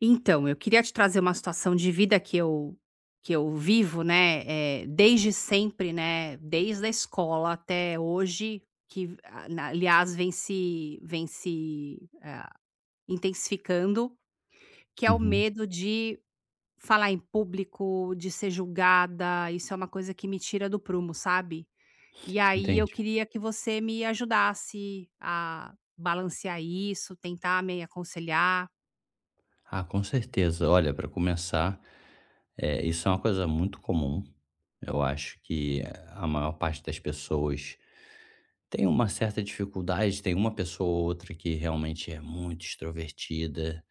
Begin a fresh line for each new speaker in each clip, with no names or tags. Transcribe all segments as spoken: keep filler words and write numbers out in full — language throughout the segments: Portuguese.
Então, eu queria te trazer uma situação de vida que eu que eu vivo, né, eh, desde sempre, né, desde a escola até hoje, que a na aliás vem se vem se intensificando, que é o
Uhum,
medo de falar em público, de ser julgada. Isso é uma coisa que me tira do prumo, sabe. E aí eu
entendi.
queria que você me ajudasse a balancear isso, tentar me aconselhar.
Ah, com certeza. Olha, para começar, eh, isso é uma coisa muito comum. Eu acho que a maior parte das pessoas tem uma certa dificuldade, tem uma pessoa ou outra que realmente é muito extrovertida,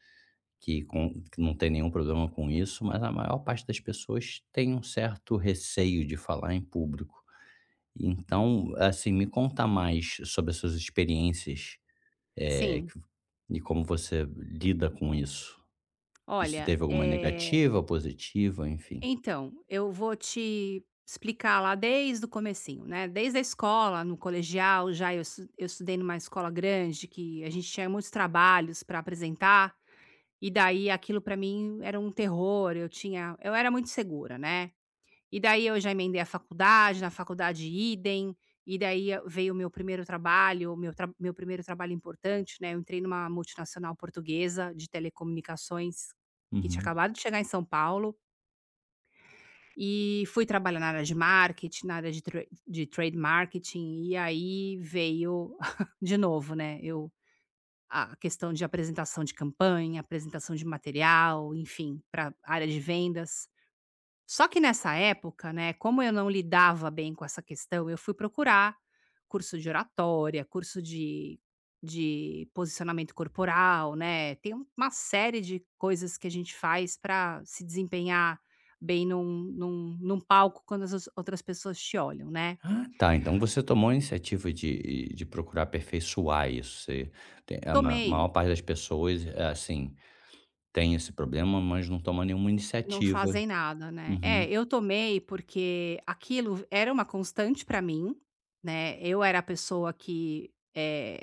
que, com- que não tem nenhum problema com isso, mas a maior parte das pessoas tem um certo receio de falar em público. Então, assim, me conta mais sobre as suas experiências, eh,
Sim.
que- e como você lida com isso. E se
Olha,
teve alguma
eh
negativa, positiva, enfim.
então, eu vou te explicar lá desde o comecinho, né, desde a escola. No colegial já eu estu eu estudei numa escola grande que a gente tinha muitos trabalhos para apresentar, e daí aquilo para mim era um terror. Eu tinha eu era muito segura, né. E daí eu já emendei a faculdade, na faculdade idem, e daí eu- veio o meu primeiro trabalho, o meu tra meu primeiro trabalho importante, né. Eu entrei numa multinacional portuguesa de telecomunicações, que tinha
Uhum.
acabado de chegar em São Paulo, e fui trabalhar na área de marketing, na área de tra de trade marketing, e aí veio de novo, né, eu a questão de apresentação de campanha, apresentação de material, enfim, para área de vendas. Só que nessa época, né, como eu não lidava bem com essa questão, eu fui procurar curso de oratória, curso de de posicionamento corporal, né. Tem um- uma série de coisas que a gente faz para se desempenhar bem num num num palco quando as os- outras pessoas te olham, né.
Ah, tá, então você tomou a iniciativa de de procurar aperfeiçoar isso, você tem a ma
Tomei,
maior parte das pessoas, eh, assim, tem esse problema, mas não toma nenhuma
não
iniciativa.
fazem nada, né. É,
Uhum.
eu tomei porque aquilo era uma constante para mim, né. Eu era a pessoa que, eh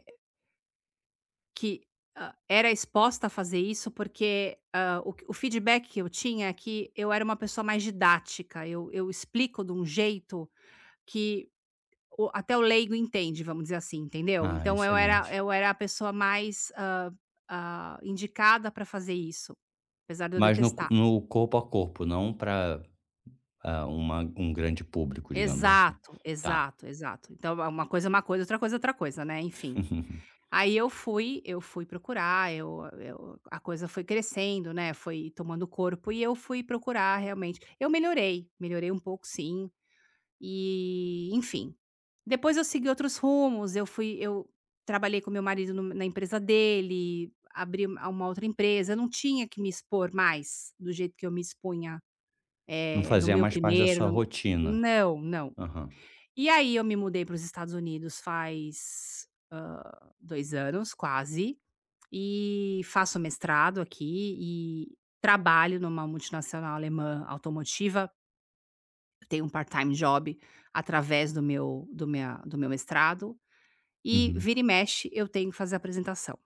que, hã, era exposta a fazer isso, porque, hã, o que- o feedback que eu tinha é que eu era uma pessoa mais didática. Eu eu explico de um jeito que o até o leigo entende, vamos dizer assim, entendeu.
Ah,
Então eu era
excelente.
eu era a pessoa mais, hã hã, indicada para fazer isso, apesar de eu
Mas no co
detestar.
no corpo a corpo, não para uma um grande público, digamos assim.
Exato,
Tá.
exato, exato. Então, é uma coisa é uma coisa, outra coisa é outra coisa, né, enfim. Aí eu fui eu fui procurar. Eu eu A coisa foi crescendo, né, foi tomando corpo, e eu fui procurar realmente. Eu melhorei, melhorei um pouco sim, e enfim. Depois eu segui outros rumos. Eu fui eu trabalhei com meu marido no na empresa dele, abri uma uma outra empresa. Eu não tinha que me expor mais do jeito que eu me expunha,
Não
eh, no
fazia
meu
mais parte da
primeiro,
sua
no
rotina.
não, não.
Aham.
E aí eu me mudei para os Estados Unidos faz, hã, dois anos quase, e faço mestrado aqui e trabalho numa multinacional alemã automotiva, tenho um part-time job através do meu do minha do meu mestrado, e
Uhum.
vira e mexe eu tenho que fazer apresentação.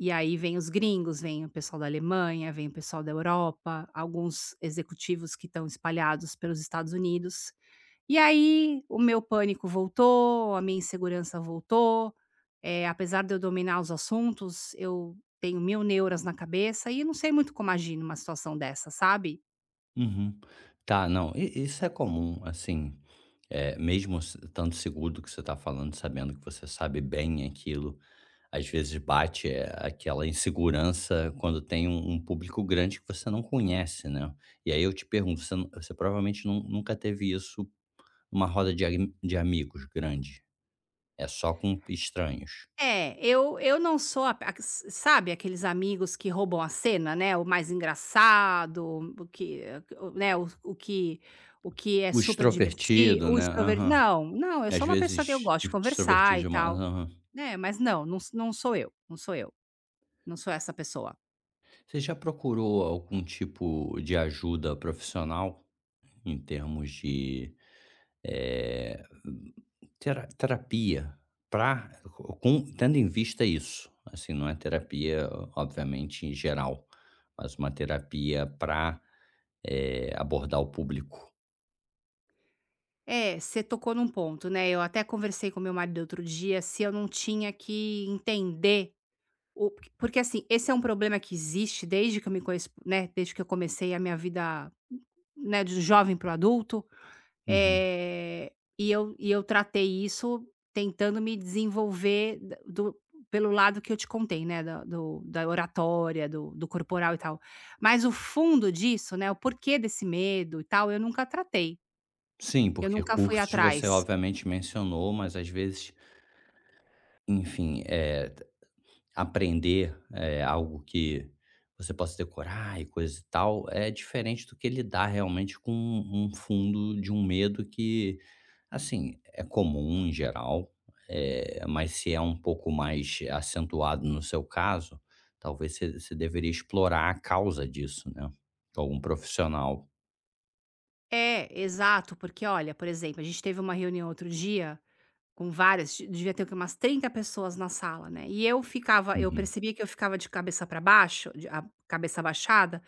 E aí vem os gringos, vem o pessoal da Alemanha, vem o pessoal da Europa, alguns executivos que estão espalhados pelos Estados Unidos, e aí, o meu pânico voltou, a minha insegurança voltou. Eh, apesar de eu dominar os assuntos, eu tenho mil neuras na cabeça e não sei muito como agir numa situação dessa, sabe.
Uhum. Tá, não, i isso é comum, assim, é mesmo se estando seguro do que você está falando, sabendo que você sabe bem aquilo, às vezes bate, eh, aquela insegurança quando tem um um público grande que você não conhece, né. E aí eu te pergunto, você não você provavelmente nun nunca teve isso numa roda de ami de amigos grande, é só com estranhos.
É, eu eu não sou a a s sabe aqueles amigos que roubam a cena, né, o mais engraçado, o que o né, o o que o que é
O
super divertido,
extrovertido,
o
né,
extrovertido?
aham,
Não, não, eu
às
sou uma pessoa que eu
vezes
gosto
de
de
extrovertido
conversar e
demais,
tal,
aham.
né, mas não, não s- não sou eu, não sou eu, não sou essa pessoa.
Você já procurou algum tipo de ajuda profissional em termos de eh, tera terapia para, com tendo em vista isso, assim, não é terapia, obviamente, em geral, mas uma terapia para abordar o público.
É, você tocou num ponto, né. Eu até conversei com meu marido outro dia se eu não tinha que entender o porque assim. Esse é um problema que existe desde que eu me conheço, né, desde que eu comecei a minha vida, né, de jovem para o adulto,
Uhum.
é. e eu e eu tratei isso tentando me desenvolver da do pelo lado que eu te contei, né, da do da oratória, do do corporal e tal. Mas o fundo disso, né, o porquê desse medo e tal, eu nunca tratei,
Sim,
eu
porque
nunca fui
cursos você
atrás.
obviamente mencionou, mas às vezes, enfim, eh aprender, eh, algo que você possa decorar e coisa e tal, é diferente do que lidar realmente com um um fundo de um medo que, assim, é comum em geral, eh, mas se é um pouco mais acentuado no seu caso, talvez você você deveria explorar a causa disso, né, com algum profissional.
É, exato, porque olha, por exemplo, a gente teve uma reunião outro dia com várias, de- devia ter o quê? Umas trinta pessoas na sala, né? E eu ficava, eu
Uhum.
percebia que eu ficava de cabeça para baixo, de- a cabeça baixada,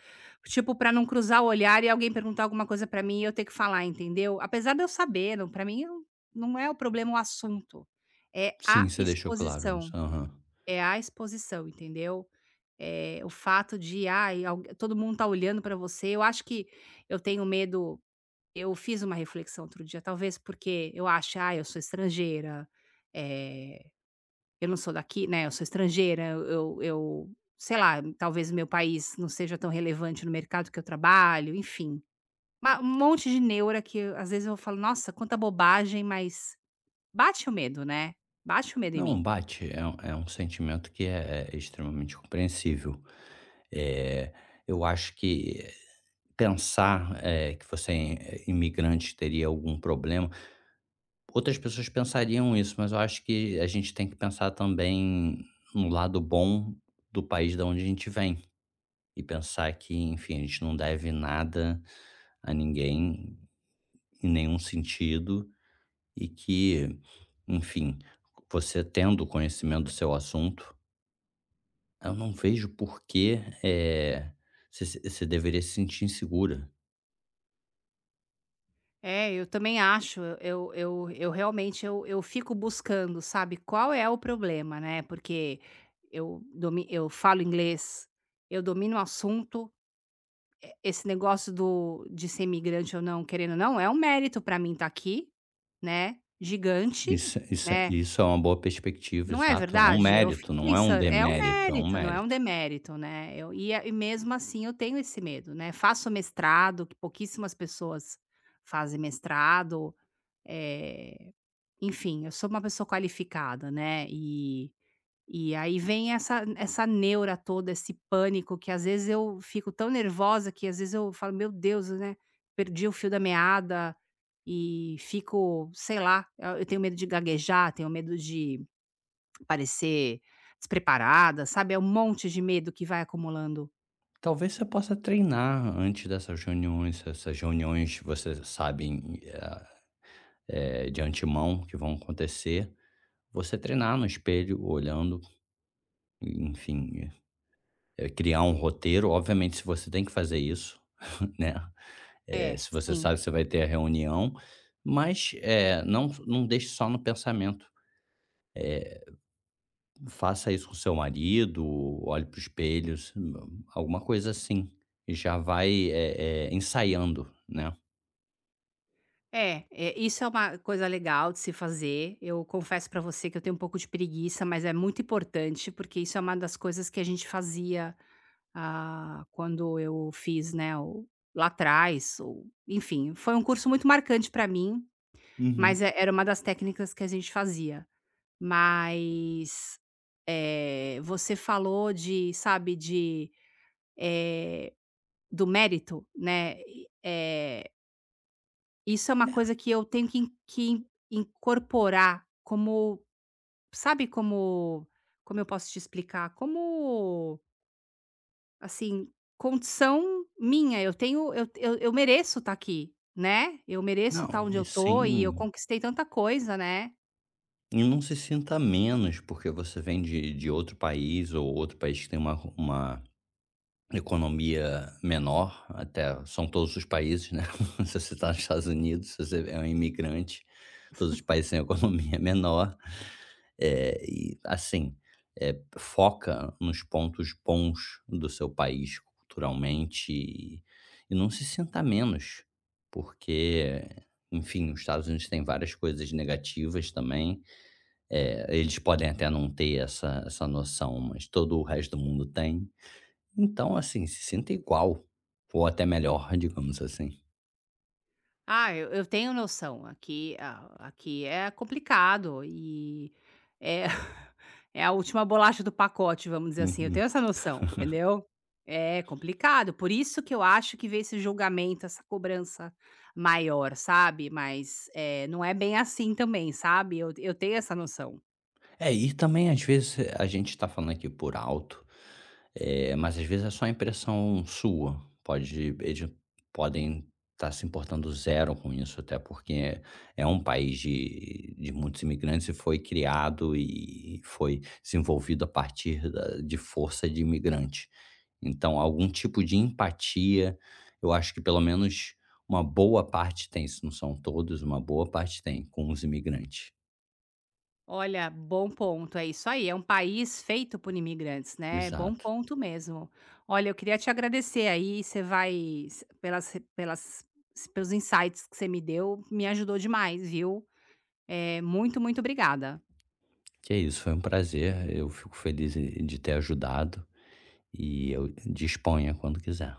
tipo para não cruzar o olhar e alguém perguntar alguma coisa para mim e eu ter que falar, entendeu? Apesar de eu saber, não, para mim eu- não é o problema o assunto, é a
Sim, você deixou claro isso.
exposição,
Aham.
é a exposição, entendeu? É, o fato de, ai, algu- todo mundo tá olhando para você. Eu acho que eu tenho medo. Eu fiz uma reflexão outro dia, talvez porque eu acho, "Ah, eu sou estrangeira, eh, eu não sou daqui, né, eu sou estrangeira, eu eu eu- sei lá, talvez meu país não seja tão relevante no mercado que eu trabalho", enfim. Ma Um monte de neura que às vezes eu falo: "Nossa, quanta bobagem", mas bate o medo, né, bate o medo em
Não, um
mim.
bate, é um é um sentimento que é é extremamente compreensível. Eh, eu acho que pensar, eh, que você é imigrante teria algum problema, outras pessoas pensariam isso, mas eu acho que a gente tem que pensar também no lado bom do país da onde a gente vem e pensar que, enfim, a gente não deve nada a ninguém, em nenhum sentido, e que, enfim, você tendo conhecimento do seu assunto, eu não vejo por que, eh, você deveria se sentir insegura.
É, eu também acho. Eu eu eu Realmente eu eu fico buscando, sabe, qual é o problema, né, porque eu domi eu falo inglês, eu domino o assunto. Esse negócio do de ser imigrante ou não, querendo ou não, é um mérito pra mim estar aqui, né, gigante,
Isso isso
né.
isso é uma boa perspectiva,
Não é
exato. É um
verdade? Eu
mérito,
fico
não é um
pensando, é um
demérito, é um
mérito, não é um
mérito.
demérito, né. Eu e a e mesmo assim eu tenho esse medo, né. Faço mestrado, que pouquíssimas pessoas fazem mestrado, eh, enfim, eu sou uma pessoa qualificada, né, e e aí vem essa essa neura toda, esse pânico, que às vezes eu fico tão nervosa que às vezes eu falo: "Meu Deus, né, perdi o fio da meada", e fico, sei lá, eu eu tenho medo de gaguejar, tenho medo de parecer despreparada, sabe. É um monte de medo que vai acumulando.
Talvez você possa treinar antes dessas reuniões, essas reuniões você sabem, eh, eh, de antemão que vão acontecer, você treinar no espelho, olhando, enfim, eh, criar um roteiro. Obviamente, se você tem que fazer isso, né, eh,
É.
se você
Sim.
sabe que você vai ter a reunião, mas, eh, não não deixe só no pensamento. Faça isso com seu marido, olhe para o espelho, s alguma coisa assim, e já vai, eh eh, ensaiando, né.
É, é, isso é uma coisa legal de se fazer. Eu confesso pra você que eu tenho um pouco de preguiça, mas é muito importante, porque isso é uma das coisas que a gente fazia, ah, quando eu fiz, né, o- lá atrás, ou- enfim. Foi um curso muito marcante pra mim,
Uhum.
mas é- era uma das técnicas que a gente fazia. Mas é, você falou de, sabe, de, é, do mérito, né? Isso é uma
É,
coisa que eu tenho que in que in incorporar como, sabe, como como eu posso te explicar? Como, assim, condição minha. Eu tenho eu eu eu mereço estar aqui, né. Eu mereço estar
não,
onde
e
eu tô e eu
sim,
conquistei tanta coisa, né.
e não se sinta menos porque você vem de de outro país ou outro país que tem uma uma economia menor, até são todos os países, né, se você está nos Estados Unidos, se você é um imigrante, todos os países têm economia menor, é e assim, eh, foca nos pontos bons do seu país culturalmente e e não se sinta menos, porque, enfim, os Estados Unidos têm várias coisas negativas também, eh, eles podem até não ter essa essa noção, mas todo o resto do mundo tem. Então, assim, se sinta igual, ou até melhor, digamos assim.
Ah, eu eu tenho noção. Aqui a aqui é complicado, e é é a última bolacha do pacote, vamos dizer assim. Eu
Uhum.
tenho essa noção, entendeu. É complicado, por isso que eu acho que veio esse julgamento, essa cobrança maior, sabe. Mas, eh, não é bem assim também, sabe. Eu eu tenho essa noção.
É, e também às vezes a gente tá falando aqui por alto, eh, mas às vezes é só impressão sua. Pode eles podem estar se importando zero com isso, até porque é é um país de de muitos imigrantes e foi criado e foi desenvolvido a partir da de força de imigrante. Então, algum tipo de empatia, eu acho que pelo menos uma boa parte tem, se não são todos, uma boa parte tem com os imigrantes.
Olha, bom ponto, é isso aí, é um país feito por imigrantes, né, bom
Exato.
ponto mesmo. Olha, eu queria te agradecer aí. Você vai s pelas re pelas pelos insights que você me deu, me ajudou demais, viu. É muito, muito obrigada.
Que é isso, foi um prazer. Eu fico feliz e- de ter ajudado e eu disponha quando quiser.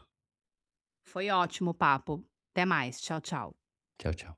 Foi ótimo o papo. Até mais, tchau, tchau.
Tchau, tchau.